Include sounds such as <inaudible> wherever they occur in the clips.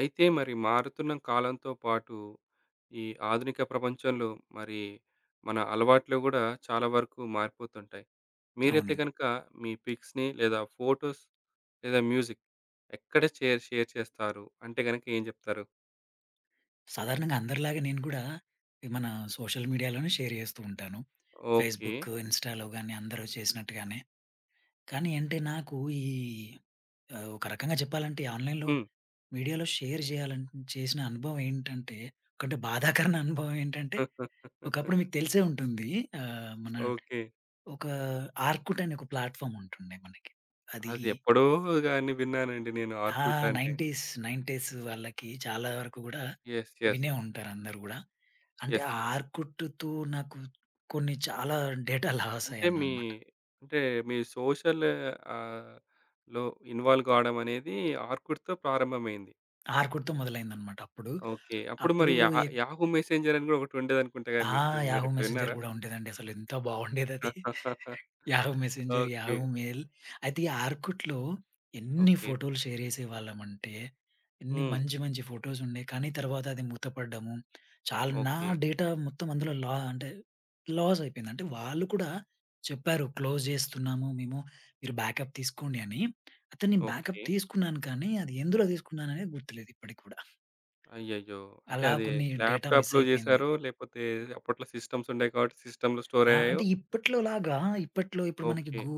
అయితే మరి మారుతున్న కాలంతో పాటు ఈ ఆధునిక ప్రపంచంలో మరి మన అలవాట్లు కూడా చాలా వరకు మారిపోతుంటాయి. మీరైతే అవునండి. గనుక మీ పిక్స్‌ని లేదా ఫోటోస్ లేదా మ్యూజిక్ ఎక్కడ షేర్ షేర్ చేస్తారు? అంటే గనుక ఏం చెప్తారు? సాధారణంగా అందరిలాగే నేను కూడా ఈ మన సోషల్ మీడియాలోనే షేర్ చేస్తూ ఉంటాను. ఓకే. ఫేస్‌బుక్, ఇన్‌స్టాలో గాని అందరూ చేసినట్టుగానే. కానీ అంటే నాకు ఈ ఒక రకంగా చెప్పాలంటే ఆన్‌లైన్‌లో హ్మ్. మీడియాలో షేర్ చేయాలని చేసిన అనుభవం ఏంటంటే ఒకటి బాధాకరమైన అనుభవం ఏంటంటే ఒకప్పుడు <laughs> మీకు తెలిసే ఉంటుంది. మన ఓకే. ఒక ఆర్కుట్ అనే ఒక ప్లాట్‌ఫార్మ్ ఉంటుండే మనకి. అది అది ఎప్పుడో గాని విన్నానండి నేను ఆ! ఆర్కుట్ అంటే. 90స్ వాళ్ళకి చాలా వరకు గూడా యెస్, యెస్. వినే ఉంటారు అందరూ గూడా. అంటే యెస్. ఆ ఆర్కుట్‌తో నాకు కొన్ని చాలా డేటా లాస్ అంటే మీ, అయ్యాననమాట. అంటే మీ సోషల్ ఆహ్, లో ఇన్వాల్వ్ కావడం అనేది ఆర్కుడ్‌తో ప్రారంభమైంది. ఆర్కుట్‌తో మొదలైందనమాట అప్పుడు. ఓకే. అప్పుడు అప్పుడు మరి యా, ఎ యాహూ మెసెంజర్ అని కూడా ఒకటి ఉండేదనుకుంటా కదా! ఆ! మీకు మీ యాహూ మీరెప్పుడు మెసెంజర్ విన్నారా? గూడా ఉండేదండి. అసలెంత బావుండేదది. <laughs> Yahoo messenger, okay. Yahoo mail. అయితే ఈ ఆర్కుట్‌లో ఎన్ని ఓకే. ఫోటోలు షేర్ చేసేవాళ్ళమంటే, ఎన్ని హ్మ్. మంచి మంచి ఫోటోస్ ఉండే. కానీ తర్వాత అది మూతపడ్డము. చాలా నా ఓకే. డేటా మొత్తం అందులో లా అంటే లాస్ అయిపోయింది. అంటే వాళ్ళు కూడా చెప్పారు క్లోజ్ చేస్తున్నాము మేము. మీరు బ్యాకప్ తీసుకోండి అని. అయితే నేను బ్యాకప్ ఓకే. తీసుకున్నాను కానీ అది ఎందులో తీసుకున్నాననేది గుర్తులేదు ఇప్పటికి కూడా. అయ్యయ్యో! అంటే అలా అది కొన్ని డేటా మిస్ ల్యాప్‌టాప్‌లో అయిపోయింది. చేసారో లేకపోతే అప్పట్లో సిస్టమ్స్ ఉండేవి కాబట్టి సిస్టమ్‌లో స్టోర్ అంటే అయ్యాయో. ఇప్పట్లో ఇప్పుడు మనకి ఓకే.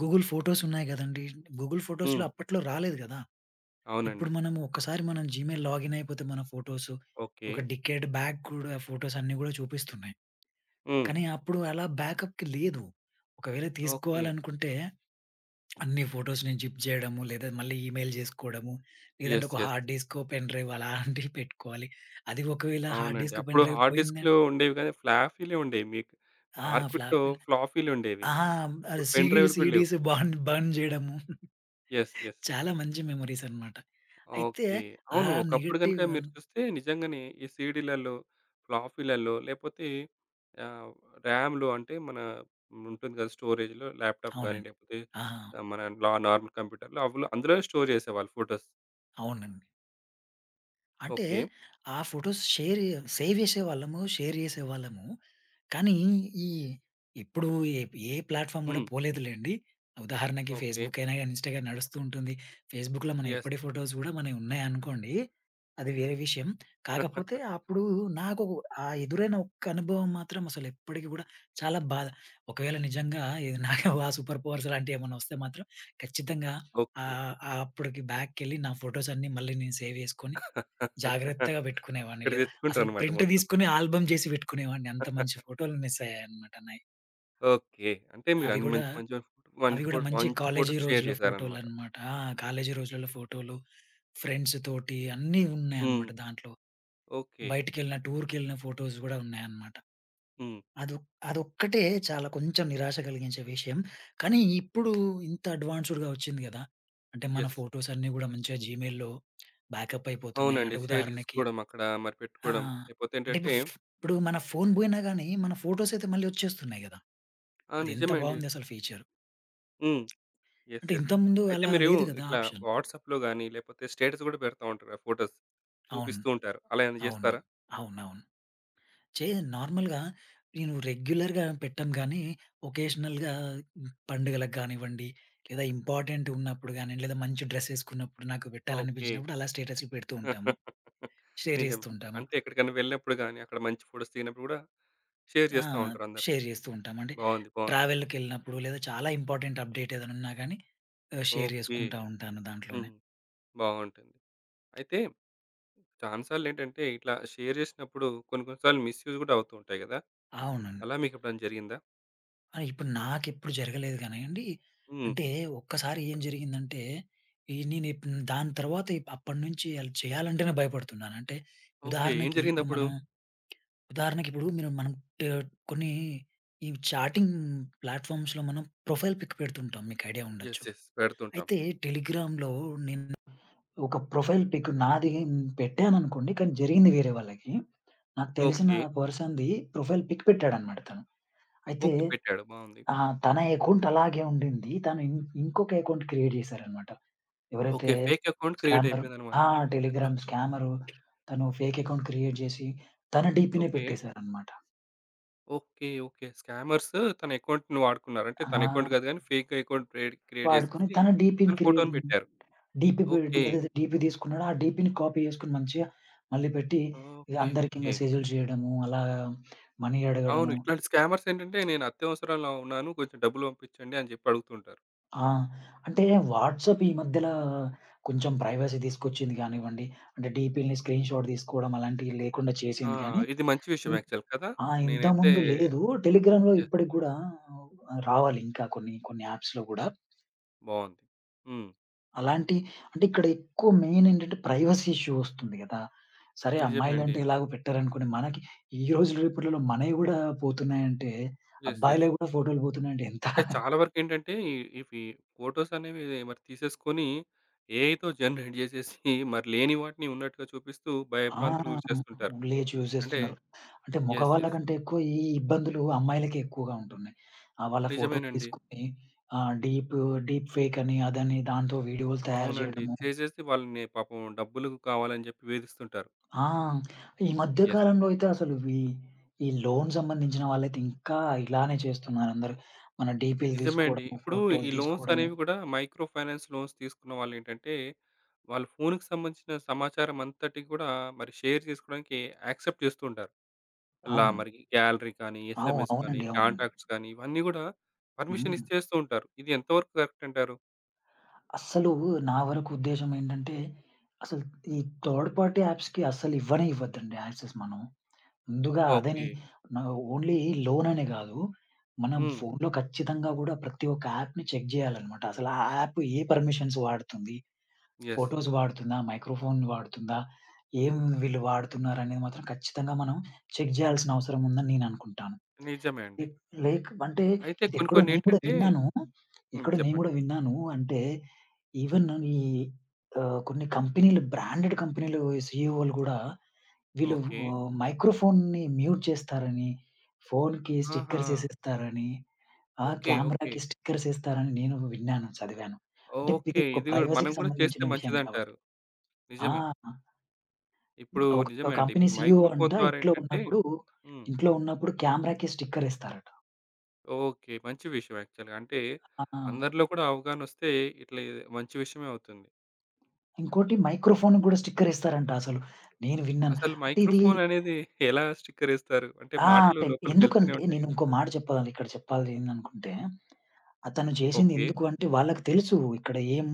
గూగుల్ ఫోటోస్ ఉన్నాయి గదండీ! గూగుల్ ఫోటోస్‌లో హ్మ్. అప్పట్లో రాలేదు గదా! ఇప్పుడు అవునండి. మనము ఒక్కసారి మనం జీమెయిల్ లాగిన్ అయిపోతే మన ఫోటోస్ ఓకే. ఒక డికేడ్ బ్యాక్ కూడా ఫోటోస్ అన్నీ గూడా చూపిస్తున్నాయి. హ్మ్. కానీ అప్పుడు అలా బ్యాకప్‌కి లేదు. ఒకవేళ ఓకే. తీసుకోవాలనుకుంటే అన్ని ఫోటోస్‌ని జిప్ జేయడము, లేదా మళ్ళీ ఈమెయిల్ జేసుకోవడము, లేదంటే యెస్, ఒక yes. Hard disk, pen drive అలాంటివి పెట్టుకోవాలి. అది ఒకవేళ హార్డ్ అవునండి. డిస్క్, పెన్ అప్పుడు డ్రైవ్ హార్డ్ పోయిందం డిస్క్‌లు ఉండేవి గాని ఫ్లాఫీలే ఉండేవి మీకు. ఆ! ఆర్కుట్‌లో ఫ్లాప్ ఫ్లాఫీలు ఉండేవి. ఆహా! అది ఇప్పుడు పెన్ సీడీ డ్రైవ్‌లు కూడా లేవు. సీడీస్ బాన్ బర్న్ జేయడము యెస్, యెస్. చాలా మంచి మెమోరీస్ అనమాట. అయితే ఓకే. ఆ అవును. ఒకప్పుడు నెగెటివ్ గనుక మీరు అన్ చూస్తే నిజంగానే ఈ సీడీలలో, ఫ్లాఫీలలో లేపోతే ఆహ్, ర్యామ్‌లో, అంటే మన ఉంటుంది కదా! స్టోరేజ్‌లో ల్యాప్‌టాప్ గాని అవునండి. లేపోతే ఆ! మన లా నార్మల్ కంప్యూటర్‌లో అవిలో అందులో స్టోర్ చేసేవాళ్ళు ఫోటోస్. అవునండి. అంటే ఓకే. ఆ ఫోటోస్ సేవ్ చేసేవాళ్ళము, షేర్ చేసేవాళ్ళము. కానీ ఈ ఇప్పుడు ఏ, ఏ ప్లాట్‌ఫార్మ్ కూడా హ్మ్. పోలేదులెండి. ఉదాహరణకి ఓకే. ఫేస్‌బుక్ అయినా గాని, ఇన్‌స్టా గాని నడుస్తూ ఉంటుంది. ఫేస్‌బుక్‌లో మన యెస్. ఎప్పటి ఫోటోస్ కూడా మనయి ఉన్నాయనుకోండి. అది వేరే విషయం. కాకపోతే <laughs> అప్పుడు నాకు ఆ ఎదురైన ఒక్క అనుభవం మాత్రం అసలెప్పటికి కూడా చాలా బాధ. ఒకవేళ నిజంగా ఇది నాకు ఆ సూపర్ పవర్స్ లాంటివి ఏమన్నా వస్తే మాత్రం ఖచ్చితంగా ఓకే. ఆహ్, అప్పటికి బ్యాక్‌కెళ్ళి నా ఫోటోస్ అన్నీ మళ్ళీ నేను సేవ్ చేసుకొని <laughs> జాగ్రత్తగా పెట్టుకునేవాడిని. అక్కడ లేదా అసలు తెచ్చుకుంటారన్నమాట ప్రింట్ మొత్తం. తీసుకొని ఆల్బమ్ చేసి పెట్టుకునేవాడిని. అంత మంచి ఫోటోలు మిస్ అయ్యాయన్నమాట నాయి. ఓకే. అంటే అవి మీరన్ని గూడా, మంచి మంచి అవి మంచి ఫో గూడా మంచి మంచి కాలేజీ ఫోటోస్ షేర్ రోజుల చేశారనమాట. ఫోటోలన్నమాట. కాలేజీ రోజులలో ఫోటోలు, ఫ్రెండ్స్ తోటి అన్నీ హ్మ్. ఉన్నాయన్నమాట దాంట్లో. ఓకే. బయటికెళ్ళిన, టూర్‌కెళ్ళిన ఫోటోస్ గూడా ఉన్నాయన్నమాట. హ్మ్. అదొ అదొక్కటే చాలా కొంచెం నిరాశ కలిగించే విషయం. కానీ ఇప్పుడు ఇంత అడ్వాన్స్డ్‌గా వచ్చింది గదా! అంటే మన యెస్. ఫోటోస్ అన్నీ గూడా మంచిగా జీమెయిల్‌లో బ్యాకప్ అయిపోతున్నాయి. అవునండి. అంటే షేర్ ఉదాహరణకి చేసుకోవడం అక్కడ మరి ఆ! పెట్టుకోవడం. లేకపోతే అంటే ఏంటంటే ఇప్పుడు ఇప్పుడు మన ఫోన్ బోయినా గానీ, మన ఫోటోస్ అయితే మళ్ళీ ఒచ్చేస్తున్నాయి గదా! ఆ! అది ఎంత నిజమే అండి. బావుందసలు ఫీచర్. హ్మ్. యెస్, అంటే యెస్. ఇంతకుముందు అయితే అలా మీరు లేదు గదా ఇట్లా ఆప్షన్. వాట్సాప్‌లో గాని, లేకపోతే స్టేటస్ గూడా పెడతా ఉంటారు ఆ ఫోటోస్. అవును. చూపిస్తూ ఉంటారు. అలా ఏమైనా అవును. చేస్తారా? అవునవును. చే నార్మల్‌గా నేను రెగ్యులర్‌గా పెట్టను గానీ, ఒకేషనల్‌గా పండుగలకు గానివ్వండి, లేదా ఇంపార్టెంట్ ఉన్నప్పుడు గానీ, లేదా మంచి డ్రెస్ ఏసుకున్నప్పుడు నాకు ఓకే. పెట్టాలనిపించినప్పుడు అలా స్టేటస్‌లు పెడుతూ ఉంటాము. <laughs> షేర్ నిజమే. జేస్తూ ఉంటాము. అంటే ఎక్కడికైనా వెళ్ళినప్పుడు గాని, అక్కడ మంచి ఫోటోస్ దిగినప్పుడు గూడా షేర్ ఆ! చేస్తా ఉంటారు అందరూ. షేర్ జేస్తూ ఉంటాం. అంటే బావుంది, బావుంది. ట్రావెల్‌కెళ్ళినప్పుడు లేదా చాలా ఇంపార్టెంట్ అప్‌డేట్ ఏదైనా ఉన్నా గానీ షేర్ ఓకే. జేసుకుంటా ఉంటాను దాంట్లోనే. హ్మ్. బావుంటుంది. అయితే చాలా సార్లు ఏంటంటే ఇట్లా షేర్ చేసినప్పుడు కొన్ని కొన్ని సార్లు మిస్‌యూజ్ కూడా అవుతూ ఉంటాయి కదా! అవునండి. అలా మీకు ఎప్పుడైనా జరిగిందా? ఇప్పుడు నాకెప్పుడు జరగలేదు గానీయండి. హ్మ్. అంటే ఒక్కసారి ఏం జరిగిందంటే, ఈ నేను ఇప్ దాని తర్వాత ఇప్ అప్పటినుంచి అలా చేయాలంటేనే భయపడుతున్నాను. అంటే ఓకే. ఏం ఉదాహరణకి ఇప్పుడు జరిగిందప్పుడు? మనం ఉదాహరణకి ఇప్పుడు మీరు మనం ట్ కొన్ని ఈ చాటింగ్ ప్లాట్‌ఫార్మ్స్‌లో మనం ప్రొఫైల్ పిక్ పెడుతుంటాం. మీకు ఐడియా ఉండొచ్చు. Yes, yes. పెడుతుంటాం. అయితే టెలిగ్రామ్‌లో నేను ఒక ప్రొఫైల్ పిక్ నాది పెట్టాననుకోండి. కానీ జరిగింది వేరే వాళ్ళకి. నాకు తెలిసిన ఓకే. పర్సన్‌ది ప్రొఫైల్ పిక్ పెట్టాడన్నమాట తను. అయితే ఓకే. పెట్టాడు బావుంది. తన అకౌంట్ అలాగే ఉండింది. తను ఇం ఇంకొక అకౌంట్ క్రియేట్ చేశారన్నమాట. ఎవరైతే okay. Fake account create scammer అయిపోయిందనమాట. ఆ! అతను టెలిగ్రామ్ స్కామరు తను ఫేక్ అకౌంట్ క్రియేట్ చేసి తన డీపీనే ఓకే. పెట్టేశారన్నమాట. ఓకే. ఓకే. స్కామర్స్ తన అకౌంట్‌ని వాడుకున్నారు. అంటే తన ఆ! అకౌంట్ కాదు గానీ ఫేక్ అకౌంట్ క్రియేట్ క్రియేట్ వాడుకొని చేసేసి తను డీపీ‌ని తన క్రియేట్ ఫోటోని పెట్టారు. డీపీ పె ఓకే. ఏదైతే డీపీ తీసుకున్నాడో, ఆ డీపీ‌ని కాపీ చేసుకొని మంచిగా మళ్ళీ పెట్టి ఇగ ఓకే. అందరికి ఓకే. మెసేజ్‌లు చేయడము, అలా మనీ అవును. అడగడము. ఇట్లాంటి స్కామర్స్ ఏంటంటే నేను అత్యవసరంలో ఉన్నాను. కొంచెం డబ్బులు పంపించండి అని చెప్పి అడుగుతుంటారు. ఆ! అంటే వాట్సాప్ ఈ మధ్యల కొంచెం ప్రైవసీ తీసుకొచ్చింది గానివ్వండి, అంటే డీపీ‌లని స్క్రీన్‌షాట్ తీసుకోవడం అలాంటివి లేకుండా ఆ! చేసింది గానీ, ఇది మంచి విషయం ఇన్ యాక్చువల్ కదా! ఆ! నేనైతే ఇంతకుముందు లేదు. టెలిగ్రామ్‌లో యెస్, ఇప్పటికి యెస్. గూడా రావాలి ఇంకా కొన్ని కొన్ని యాప్స్‌లో గూడా. బావుంది. హ్మ్. అలాంటి అంటే ఇక్కడ ఎక్కువ మెయిన్ ఏంటంటే ప్రైవసీ ఇష్యూ వస్తుంది గదా! సరే నిజమే అండి. అమ్మాయిలంటే ఎలాగో పెట్టారనుకోండి. మనకి ఈ రోజు రేపటిలో మనయి గూడా పోతున్నాయంటే, యెస్, యెస్. అబ్బాయిలయి గూడా ఫోటోలు పోతున్నాయంటే ఎంత అంటే చాలా వరకేంటంటే ఇవి ఫోటోస్ అనేవి మరి తీసేసుకొని ఏఐతో జనరేట్ జేసేసి మరి లేని వాటిని ఉన్నట్టుగా చూపిస్తూ ఆ! భయభ్రాంతులకు గురి చేస్తుంటారు. లేచి యూజ్ అంటే జేస్తున్నారు. అంటే యెస్, మగవాళ్ళ యెస్. కంటే ఎక్కువ ఈ ఇబ్బందులు అమ్మాయిలకే ఎక్కువగా ఉంటున్నాయి. వాళ్ళ ఫోటోలు నిజమేనండి. తీసుకొని ఆహ్, డీప్, డీప్ ఫేక్ అని అదని దాంతో వీడియోలు తయారు అవునండి. జేయడము. చేసేసి వాళ్ళని పాపం డబ్బులు కావాలని జెప్పి వేధిస్తుంటారు. ఆ! ఈ మధ్య యెస్. కాలంలో అయితే అసలు ఈ, ఈ లోన్ సంబంధించిన వాళ్ళైతే ఇంకా ఇలానే చేస్తున్నారందరూ. మన డీపీలు నిజమే అండి. తీసుకోవడము, ఇప్పుడు ఫోటోలు ఈ లోన్స్ తీసుకోవడము. అనేవి కూడా మైక్రో ఫైనాన్స్ లోన్స్ తీసుకున్న వాళ్ళేంటంటే, వాళ్ళ ఫోన్‌కి సంబంధించిన సమాచారం అంతటి కూడా మరి షేర్ చేసుకోవడానికి యాక్సెప్ట్ చేస్తూ ఉంటారు. అలా అవును. మరి గ్యాలరీ కానీ, ఎస్ఎంఎస్ కానీ, అవునండి. అవునండి. కాంటాక్ట్స్ కానీ ఇవన్నీ కూడా పర్మిషన్ హ్మ్. ఇచ్చేస్తూ ఉంటారు. ఇది ఎంతవరకు కరెక్ట్ అంటారు? అస్సలు నా వరకు ఉద్దేశ్యం ఏంటంటే, అసలు ఈ థర్డ్ పార్టీ యాప్స్‌కి అస్సలు ఇవ్వనే ఇవ్వద్దండి యాక్సెస్ మనం. ముందుగా అదని ఓకే. నా ఓన్లీ లోన్ అనే కాదు. మనం హ్మ్. ఫోన్‌లో ఖచ్చితంగా కూడా ప్రతి ఒక్క యాప్‌ని చెక్ చేయాలన్నమాట. అసలు ఆ యాప్ ఏ పర్మిషన్స్ వాడుతుంది? యెస్. ఫోటోస్ వాడుతుందా? మైక్రోఫోన్ వాడుతుందా? ఏం వీళ్ళు వాడుతున్నారనేది మాత్రం ఖచ్చితంగా మనం చెక్ జేయాల్సిన అవసరం ఉందని నేననుకుంటాను. నిజమే లే అండి. లేక్ అంటే అయితే కొన్ని ఇదెక్కడో కొన్ని నేను గూడా ఏంటంటే విన్నాను. హ్మ్, ఎక్కడో నేను చెప్పండి. గూడా విన్నాను. అంటే ఈవెన్ ఈ కొన్ని కంపెనీలు బ్రాండెడ్ కంపెనీలు సీఈఓలు గూడా వీళ్ళు ఓకే. మైక్రోఫోన్‌ని మ్యూట్ చేస్తారని, ఫోన్‌కి ఆహా! స్టిక్కర్స్ ఏసేస్తారని, ఓకే. ఓకే. కెమెరాకి స్టిక్కర్స్ ఏస్తారని నేను విన్నాను, చదివాను. అంటే ఇది ఓకే. ఒక ఇది కూడా మనం ప్రైవసీకి కూడా చేస్తే సంబంధించిన విషయం కాబట్టి. మంచిదంటారు. నిజమే. ఆ! ఇప్పుడు ఒక ఒక నిజమేనండి. కంపెనీ ఇప్పుడు సీఈఓ అంట మైక్రోఫోన్ ద్వారా ఇంట్లో ఏంటంటే ఉన్నప్పుడు, హ్మ్. ఇంట్లో ఉన్నప్పుడు కెమెరాకి స్టిక్కర్ ఇస్తారట. ఓకే. మంచి విషయం యాక్చువల్‌గా. అంటే ఆ! అందరిలో కూడా అవగాహనొస్తే ఇట్లా ఇది మంచి విషయమే అవుతుంది. ఇంకోటి మైక్రోఫోన్‌కి గూడా స్టిక్కర్ ఇస్తారంట అసలు. నేను విన్నాను. అసలు అంటే ఇది మైక్రోఫోన్ అనేది ఎలా స్టిక్కర్ ఏస్తారు? అంటే ఆ! అంటే మాటలు లోపలికి వెళ్తూనే ఎందుకంటే ఉంటాయి నేను కదా! ఇంకో మాట ఇక్కడ చెప్పాలి ఏందనుకుంటే, అతను చేసింది ఓకే. ఎందుకు అంటే వాళ్ళకి తెలుసు ఇక్కడ ఏం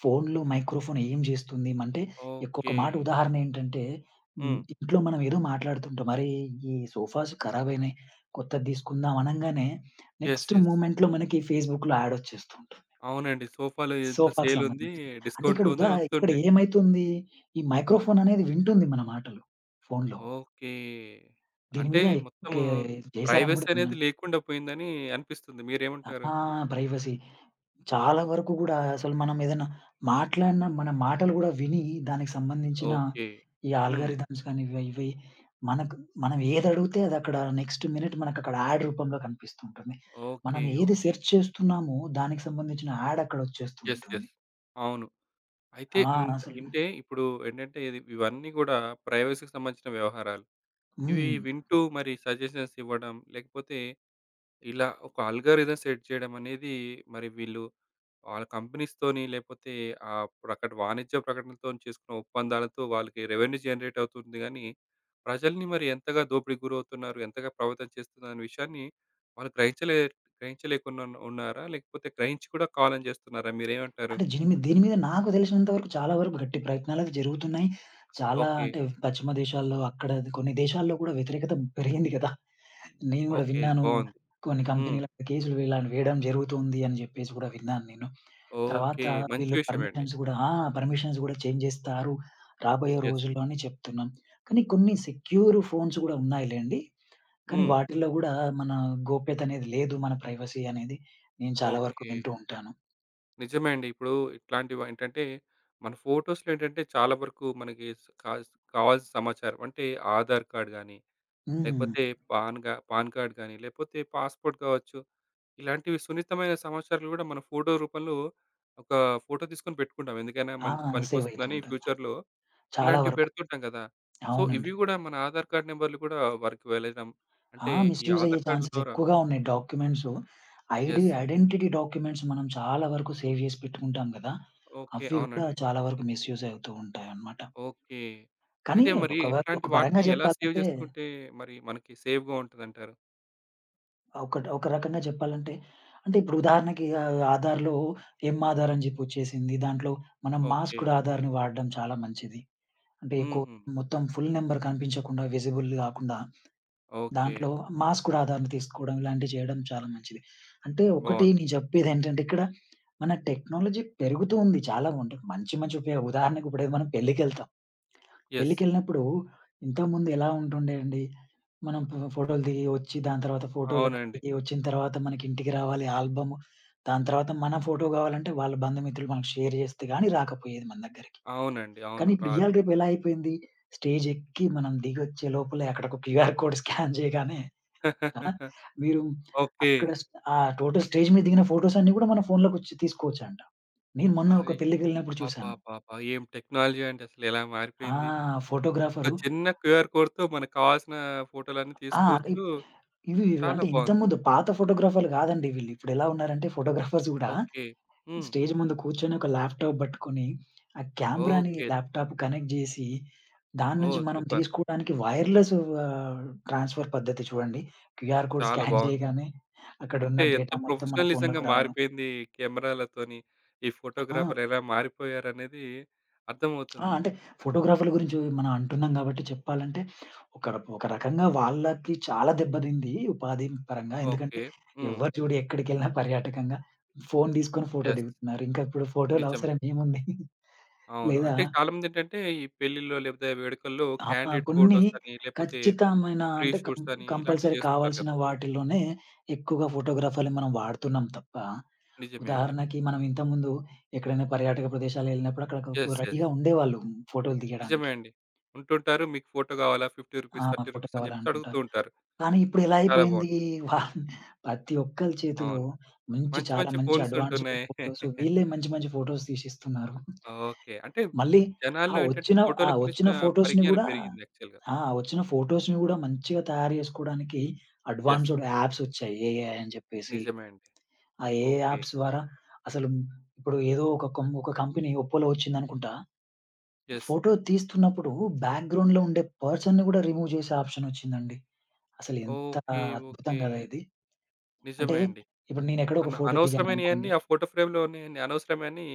ఫోన్‌లో మైక్రోఫోన్ ఏం చేస్తుంది. అంటే ఒక ఓకే. మాట ఉదాహరణ ఏంటంటే హ్మ్. ఇంట్లో మనం ఏదో మాట్లాడుతుంటాం. అరే! ఈ సోఫాస్ ఖరాబయినాయి. కొత్తది తీసుకుందాం అనంగానే యెస్, నెక్స్ట్ యెస్. మూవ్‌మెంట్‌లో మనకి ఫేస్‌బుక్‌లో యాడ్ వచ్చేస్తుంటుంది. అవునండి. సోఫాలో ఇంత సోఫాకి సేల్ ఉంది. సంబంధించి. అంటే డిస్కౌంట్‌లో ఉందని ఇక్కడ వస్తుంటాయి. ఏమైతుంది ఈ మైక్రోఫోన్ అనేది వింటుంది మన మాటలు ఫోన్‌లో. ఓకే. దీని అంటే మీద ఎక్కువ మొత్తము చేశారని ప్రైవసీ కూడా అనేది విన్నాను. లేకుండా పోయిందని అనిపిస్తుంది. మీరేమంటారు? ఆ! ప్రైవసీ. చాలా వరకు గూడా అసలు మనం ఏదైనా మాట్లాడిన మన మాటలు గూడా విని దానికి సంబంధించిన ఓకే. ఈ హ్మ్. ఆల్గారిథమ్స్ గాని ఇవి ఇవి మనకు మనం ఏదడిగితే అదక్కడ నెక్స్ట్ మినిట్ మనకక్కడ యాడ్ రూపంలో కనిపిస్తూ ఉంటుంది. ఓకే. మనం ఏది ఓకే. సెర్చ్ చేస్తున్నామో దానికి సంబంధించిన యాడ్ అక్కడొచ్చేస్తూ యెస్, ఉంటుంది. యెస్. అవును. అయితే ఆ! ఇంత అసలు ఇంటే ఇప్పుడు ఏంటంటే ఇది ఇవన్నీ గూడా ప్రైవసీకి సంబంధించిన వ్యవహారాలు. ఇవి హ్మ్. వింటూ మరి సజెషన్స్ ఇవ్వడం లేకపోతే ఇలా ఒక అల్గారిథం సెట్ చేయడం అనేది మరి వీళ్ళు వాళ్ళ కంపెనీస్‌తోని లేపోతే వాణిజ్య ప్రకటనలతోని చేసుకున్న ఒప్పందాలతో వాళ్ళకి రెవెన్యూ జనరేట్ అవుతుంది గానీ, ప్రజల్ని మరి ఎంతగా దోపిడీకి గురవుతున్నారు, ఎంతగా ప్రభావితం చేస్తుందనే విషయాన్ని వాళ్ళు గ్రహించలేకుండా ఉన్నారా? లేకపోతే గ్రహించి కూడా కావాలని చేస్తున్నారా? మీరేమంటారు? అంటే దీని మీద నాకు తెలిసినంత వరకు చాలా వరకు గట్టి ప్రయత్నాలవి జరుగుతున్నాయి. చాలా ఓకే. అంటే పశ్చిమ దేశాల్లో అక్కడ కొన్ని దేశాల్లో కూడా వ్యతిరేకత పెరిగింది కదా! నేను గూడా ఓకే. విన్నాను. బావుంది. కొన్ని హ్మ్. కంపెనీల కేసులు ఇలా వేయడం జరుగుతుంది అని జెప్పేసి గూడా విన్నాను నేను. తర్వాత ఓకే. మంచి వీళ్ళు విషయమే అండి. పర్మిషన్స్ గూడా ఆ! పర్మిషన్స్ గూడా చేంజ్ జేస్తారు. రాబోయే యెస్. రోజుల్లో అని చెప్తున్నాం. కానీ కొన్ని సెక్యూర్ ఫోన్స్ గూడా ఉన్నాయిలెండి. కానీ హ్మ్. వాటిల్లో గూడా మన గోప్యత అనేది లేదు. మన ప్రైవసీ అనేది నేను చాలా వరకు ఓకే. వింటూ ఉంటాను. నిజమే అండి. ఇప్పుడు ఇట్లాంటివేంటంటే, మన ఫోటోస్‌లో ఏంటంటే, చాలా వరకు మనకి స్ కాస్ కావాల్సిన సమాచారం అంటే, ఆధార్ కార్డ్ గానీ, హ్మ్. లేకపోతే పాన్ కార్డ్ గానీ, లేపోతే పాస్‌పోర్ట్ కావచ్చు. ఇలాంటివి సున్నితమైన సమాచారాలు గూడా మన ఫోటో రూపంలో ఒక ఫోటో తీసుకొని పెట్టుకుంటాం. ఎందుకైనా ఆ! మనకి సేవ్ అయితూ పనికొస్తుందని ఉంటది. ఫ్యూచర్‌లో చాలా ఇలాంటివి వరకు. పెడుతుంటాం గదా! సో, అవునండి. ఇవి గూడా మన ఆధార్ కార్డ్ నంబర్‌లు గూడా వరకు వెళ్ళడం. అంటే, ఈ మిస్‌యూజ్ అయ్యే ఆధార్ కార్డ్‌ల ఛాన్సెస్ ద్వారా ఎక్కువగా ఉన్నాయి డాక్యుమెంట్సు. యెస్. ఐడెంటిటీ డాక్యుమెంట్స్ మనం చాలా వరకు సేవ్ చేసి పెట్టుకుంటాం గదా! ఓకే. అవి కూడా అవునండి. చాలా వరకు మిస్‌యూజ్ అవుతూ ఉంటాయన్నమాట. ఓకే. కానీ అయితే మరి ఒక వ ఒక ఇట్లాంటి పరంగా వాటిని ఎలా సేవ్ జెప్పాలంటే చేసుకుంటే మరి మనకి సేఫ్‌గా ఉంటదంటారు? ఒక ఒక రకంగా జెప్పాలంటే అంటే ఇప్పుడు ఉదాహరణకి ఆధార్‌లో ఎమ్ ఆధార్ అని జెప్పి వచ్చేసింది. దాంట్లో మనం ఓకే. మాస్క్డ్ ఆధార్‌ని వాడడం చాలా మంచిది. అంటే ఎక్కువ హుహు. మొత్తం ఫుల్ నంబర్ కనిపించకుండా విజిబుల్ గాకుండా ఓకే. దాంట్లో మాస్క్ కూడా ఆధారం తీసుకోవడం ఇలాంటివి చేయడం చాలా మంచిది. అంటే ఒకటి బావుంది. నేను చెప్పేదేంటంటే ఇక్కడ మన టెక్నాలజీ పెరుగుతూ ఉంది. చాలా ఉంటే మంచి మంచి ఉపయోగం ఉదాహరణకు ఇప్పుడు మనం పెళ్ళికెళ్తాం. యెస్. పెళ్ళికెళ్ళినప్పుడు ఇంతకుముందు ఎలా ఉంటుండే అండి. మనం ఫోటోలు దిగి వచ్చి దాని తర్వాత ఫోటోలకి అవునండి, దిగి వచ్చిన తర్వాత మనకి ఇంటికి రావాలి ఆల్బమ్. దాని తర్వాత మన ఫోటో కావాలంటే వాళ్ళ బంధుమిత్రులు మనకు షేర్ చేస్తే గాని రాకపోయేది మన దగ్గరికి. అవునండి. అవును. కానీ ఇప్పుడు రాదు. ఇయాల రేపు ఎలా అయిపోయింది స్టేజ్ ఎక్కి మనం దిగొచ్చే లోపలే అక్కడ ఒక క్యూఆర్ కోడ్ స్కాన్ చేయగానే ఆ! <laughs> మీరు ఓకే. అక్కడ స్ ఆ టోటల్ స్టేజ్ మీద దిగిన ఫోటోస్ అన్నీ గూడా మన ఫోన్‌లోకొచ్చి తీసుకోవచ్చంట. నేను మొన్న ఒక అయ్ పెళ్ళికెళ్ళినప్పుడు చూసాను. అబ్బబ్బబ్బా! ఏం టెక్నాలజీ అండి అసలు ఎలా ఆ! మారిపోయింది. ఒక ఫోటోగ్రాఫరు చిన్న క్యూఆర్ కోడ్‌తో మనకు కావాల్సిన ఫోటోలన్నీ ఆ! తీసుకోవచ్చు. ఇప్ ఇవి చాలా అంటే బావుంది. ఇంతకుముందు పాత ఫోటోగ్రాఫర్‌లు గాదండి వీళ్ళు. ఇప్పుడెలా ఉన్నారంటే ఫోటోగ్రాఫర్స్ గూడా ఓకే. హ్మ్. స్టేజ్ ముందు కూర్చొని ఒక ల్యాప్‌టాప్ బట్టుకొని, ఆ కెమెరాని ఓకే. ల్యాప్‌టాప్ కనెక్ట్ జేసి, దాని నుంచి ఓహ్! మనం సూపర్. తీసుకోవడానికి వైర్‌లెస్ ఆహ్, ట్రాన్స్‌ఫర్ పద్ధతి చూడండి. క్యూఆర్ కోడ్ చాలా స్కాన్ బావుంది. చేయగానే అక్కడున్న అంటే ఎంత డేటా మొత్తం మన ప్రొఫెషనలిజంగా ఫోన్‌లోకి రావడం. మారిపోయింది కెమెరాలతోని. ఈ ఆ! ఫోటోగ్రాఫర్ ఎలా మారిపోయారనేది ఆ! అర్థమవుతుంది. అంటే ఫోటోగ్రాఫర్‌ల గురించి మనం అంటున్నాం కాబట్టి చెప్పాలంటే, ఒక ఒక రకంగా వాళ్ళకి చాలా దెబ్బతింది ఉపాధి పరంగా. ఎందుకంటే ఓకే. హ్మ్. ఎవ్వరు చూడు ఎక్కడికెళ్ళినా పర్యాటకంగా ఫోను తీసుకొని ఫోటో యెస్. దిగుతున్నారు. ఇంకా ఇప్పుడు ఫోటోల నిజమే. అవసరం ఏముంది? అవును. లేదా అంటే చాలామందేంటంటే ఈ పెళ్ళిల్లో లేకపోతే వేడుకల్లో ఆ! క్యాండిడ్ కొన్ని ఫోటోస్ అని లేకపోతే ఖచ్చితమైన ప్రీ అంటే షూట్స్ అని కంపల్సరీ ఇలాంటివి చేస్తుంటారు కావాల్సిన కదా! వాటిలోనే ఎక్కువగా ఫోటోగ్రాఫర్‌ని మనం వాడుతున్నాం తప్ప, నిజమే అండి. ఉదాహరణకి మనం ఇంతకుముందు ఎక్కడైనా పర్యాటక ప్రదేశాలు వెళ్ళినప్పుడు అక్కడ యెస్, యెస్. రెడీగా ఉండేవాళ్ళు ఫోటోలు నిజమే తీయడానికి. అండి. ఉంటుంటారు. మీకు ఫోటో కావాలా? రూ. 50, రూ. ఆ! ఫోటో 30 అని చెప్పేసి అడుగుతూ కావాలంటుంటారు. ఉంటారు. కానీ ఇప్పుడెలా చాలా అయిపోయింది బావుంది. వాళ్ళ ప్రతి ఒక్కళ్ళ చేతిలో అవును. మంచి చాలా మంచి మంచి ఫోన్స్ అడ్వాన్స్‌డ్ ఉంటున్నాయి. ఫోటోస్ <laughs> వీళ్ళే మంచి మంచి ఫోటోస్ తీసిస్తున్నారు. ఓకే. అంటే మళ్ళీ ఆ జనాల్లో ఏంటంటే వచ్చిన ఆ ఫోటోల వచ్చిన గురించిన ఫోటోస్‌ని పరిజ్ఞానం గూడా పెరిగింది యాక్చువల్‌గా. ఆ! వచ్చిన ఫోటోస్‌ని గూడా మంచిగా తయారు జేసుకోవడానికి యెస్. అడ్వాన్స్‌డ్ యాప్స్ వచ్చాయి. ఏఐ అని జెప్పేసి. నిజమే అండి. ఆ ఏఐ ఓకే. యాప్స్ ద్వారా అసలు ఇప్పుడు ఏదో ఒక కంపెనీ 'ఒప్పో'లో వచ్చిందనుకుంటా. యెస్. ఫోటో తీస్తున్నప్పుడు బ్యాక్‌గ్రౌండ్‌లో ఉండే పర్సన్‌ని గూడా రిమూవ్ జేసే ఆప్షన్ వచ్చిందండి. అసలు ఎంత ఓకే. అద్భుతం ఓకే. గదా! ఇది. అంటే నిజమే అండి. ఇప్పుడు నేనెక్కడో ఒక ఫోటో దిగాననుకోండి. అనవసరమైనయన్నీ ఆ ఫోటో ఫ్రేమ్‌లో ఉన్నయన్నీ అనవసరమని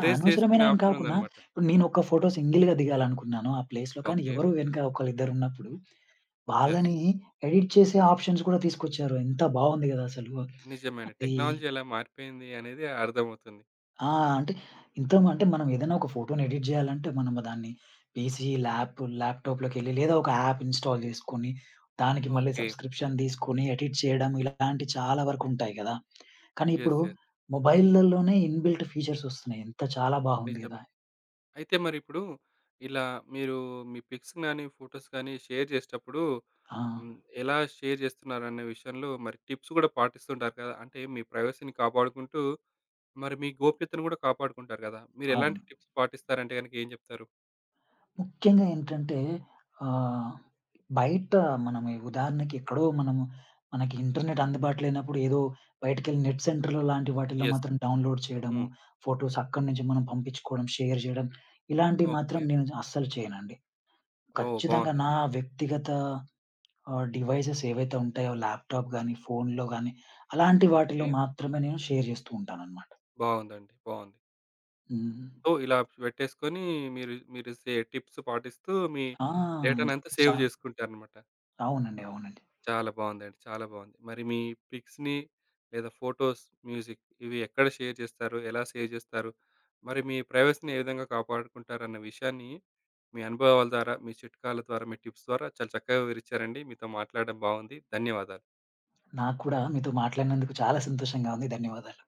చేసుకునే అనవసరమైనని ఆప్షన్ కాకున్నా, ఉందన్నమాట. ఇప్పుడు నేనొక ఫోటో సింగిల్‌గా దిగాలనుకున్నాను ఆ ప్లేస్‌లో. కానీ ఓకే. ఎవరో వెనక ఒకళ్ళిద్దరున్నప్పుడు, యెస్. వాళ్ళని ఎడిట్ చేసే ఆప్షన్స్ కూడా తీసుకొచ్చారు. ఎంత బావుంది గదా! అసలు. నిజమే అండి. అది టెక్నాలజీ ఎలా మారిపోయింది అనేది అర్థమవుతుంది. ఆ! అంటే ఇంత మ అంటే మనం ఏదైనా ఒక ఫోటోని ఎడిట్ చేయాలంటే మనం దాన్ని పీసీ, ల్యాప్‌టాప్‌లోకెళ్ళి లేదా ఒక యాప్ ఇన్‌స్టాల్ చేసుకొని, దానికి మళ్ళీ ఓకే. సబ్‌స్క్రిప్షన్ తీసుకొని ఎడిట్ చేయడం ఇలాంటి చాలా వరకు ఉంటాయి కదా! కానీ ఇప్పుడు యెస్, యెస్. మొబైల్‌లలోనే ఇన్‌బిల్ట్ ఫీచర్స్ వస్తున్నాయి. ఎంత చాలా బాగుంది కదా! నిజమే. అయితే మరిప్పుడు ఇలా మీరు మీ పిక్స్ గానీ, ఫోటోస్ గానీ షేర్ చేసేటప్పుడు ఆ! హ్మ్, ఎలా షేర్ చేస్తున్నారనే విషయంలో మరి టిప్స్ కూడా పాటిస్తుంటారు కదా! అంటే మీ ప్రైవసీని కాపాడుకుంటూ, మరి మీ గోప్యతను కూడా కాపాడుకుంటారు కదా! మీరు అవును. ఎలాంటి టిప్స్ పాటిస్తారంటే గనుక ఏం చెప్తారు? ముఖ్యంగా ఏంటంటే ఆహ్, బయట మనము ఉదాహరణకి ఎక్కడో మనము మనకి ఇంటర్నెట్ అందుబాటులో లేనప్పుడు ఏదో బయటికెళ్ళి నెట్ సెంటర్‌లో లాంటి వాటిల్లో యెస్. మాత్రం డౌన్‌లోడ్ చేయడము, హ్మ్. ఫోటోస్ అక్కడి నుంచి మనం పంపించుకోవడం, షేర్ చేయడం ఇలాంటివి మాత్రం ఓకే. నేను అస్సలు చేయనండి. ఓహ్! ఖచ్చితంగా బావుందండి. నా వ్యక్తిగత డివైసెస్ ఏవైతే ఉంటాయో ల్యాప్‌టాప్ గానీ, ఫోన్‌లో గానీ అలాంటి వాటిలో ఓకే. మాత్రమే నేను షేర్ చేస్తూ ఉంటానన్నమాట. బావుందండి, బావుంది. హ్మ్. సో, ఇలా పెట్టేసుకొని మీరు మీరు టిప్స్ పాటిస్తూ మీ ఆ! ఇందుకు డేటానంతా చా సేవ్ చేసుకుంటారనమాట. అవునండి. అవునండి. చాలా బావుందండి, చాలా బావుంది. మరి మీ పిక్స్‌ని లేదా ఫోటోస్, మ్యూజిక్ ఇవి ఎక్కడ షేర్ చేస్తారు? ఎలా సేవ్ చేస్తారు? మరి మీ ప్రైవసీని ఏ విధంగా కాపాడుకుంటారన్న విషయాన్ని మీ అనుభవాల ద్వారా, మీ చిట్కాల ద్వారా, మీ టిప్స్ ద్వారా చాలా చక్కగా వివరిచ్చారండి. మీతో మాట్లాడడం బావుంది. ధన్యవాదాలు. నాకు కూడా మీతో మాట్లాడినందుకు చాలా సంతోషంగా ఉంది. ధన్యవాదాలు.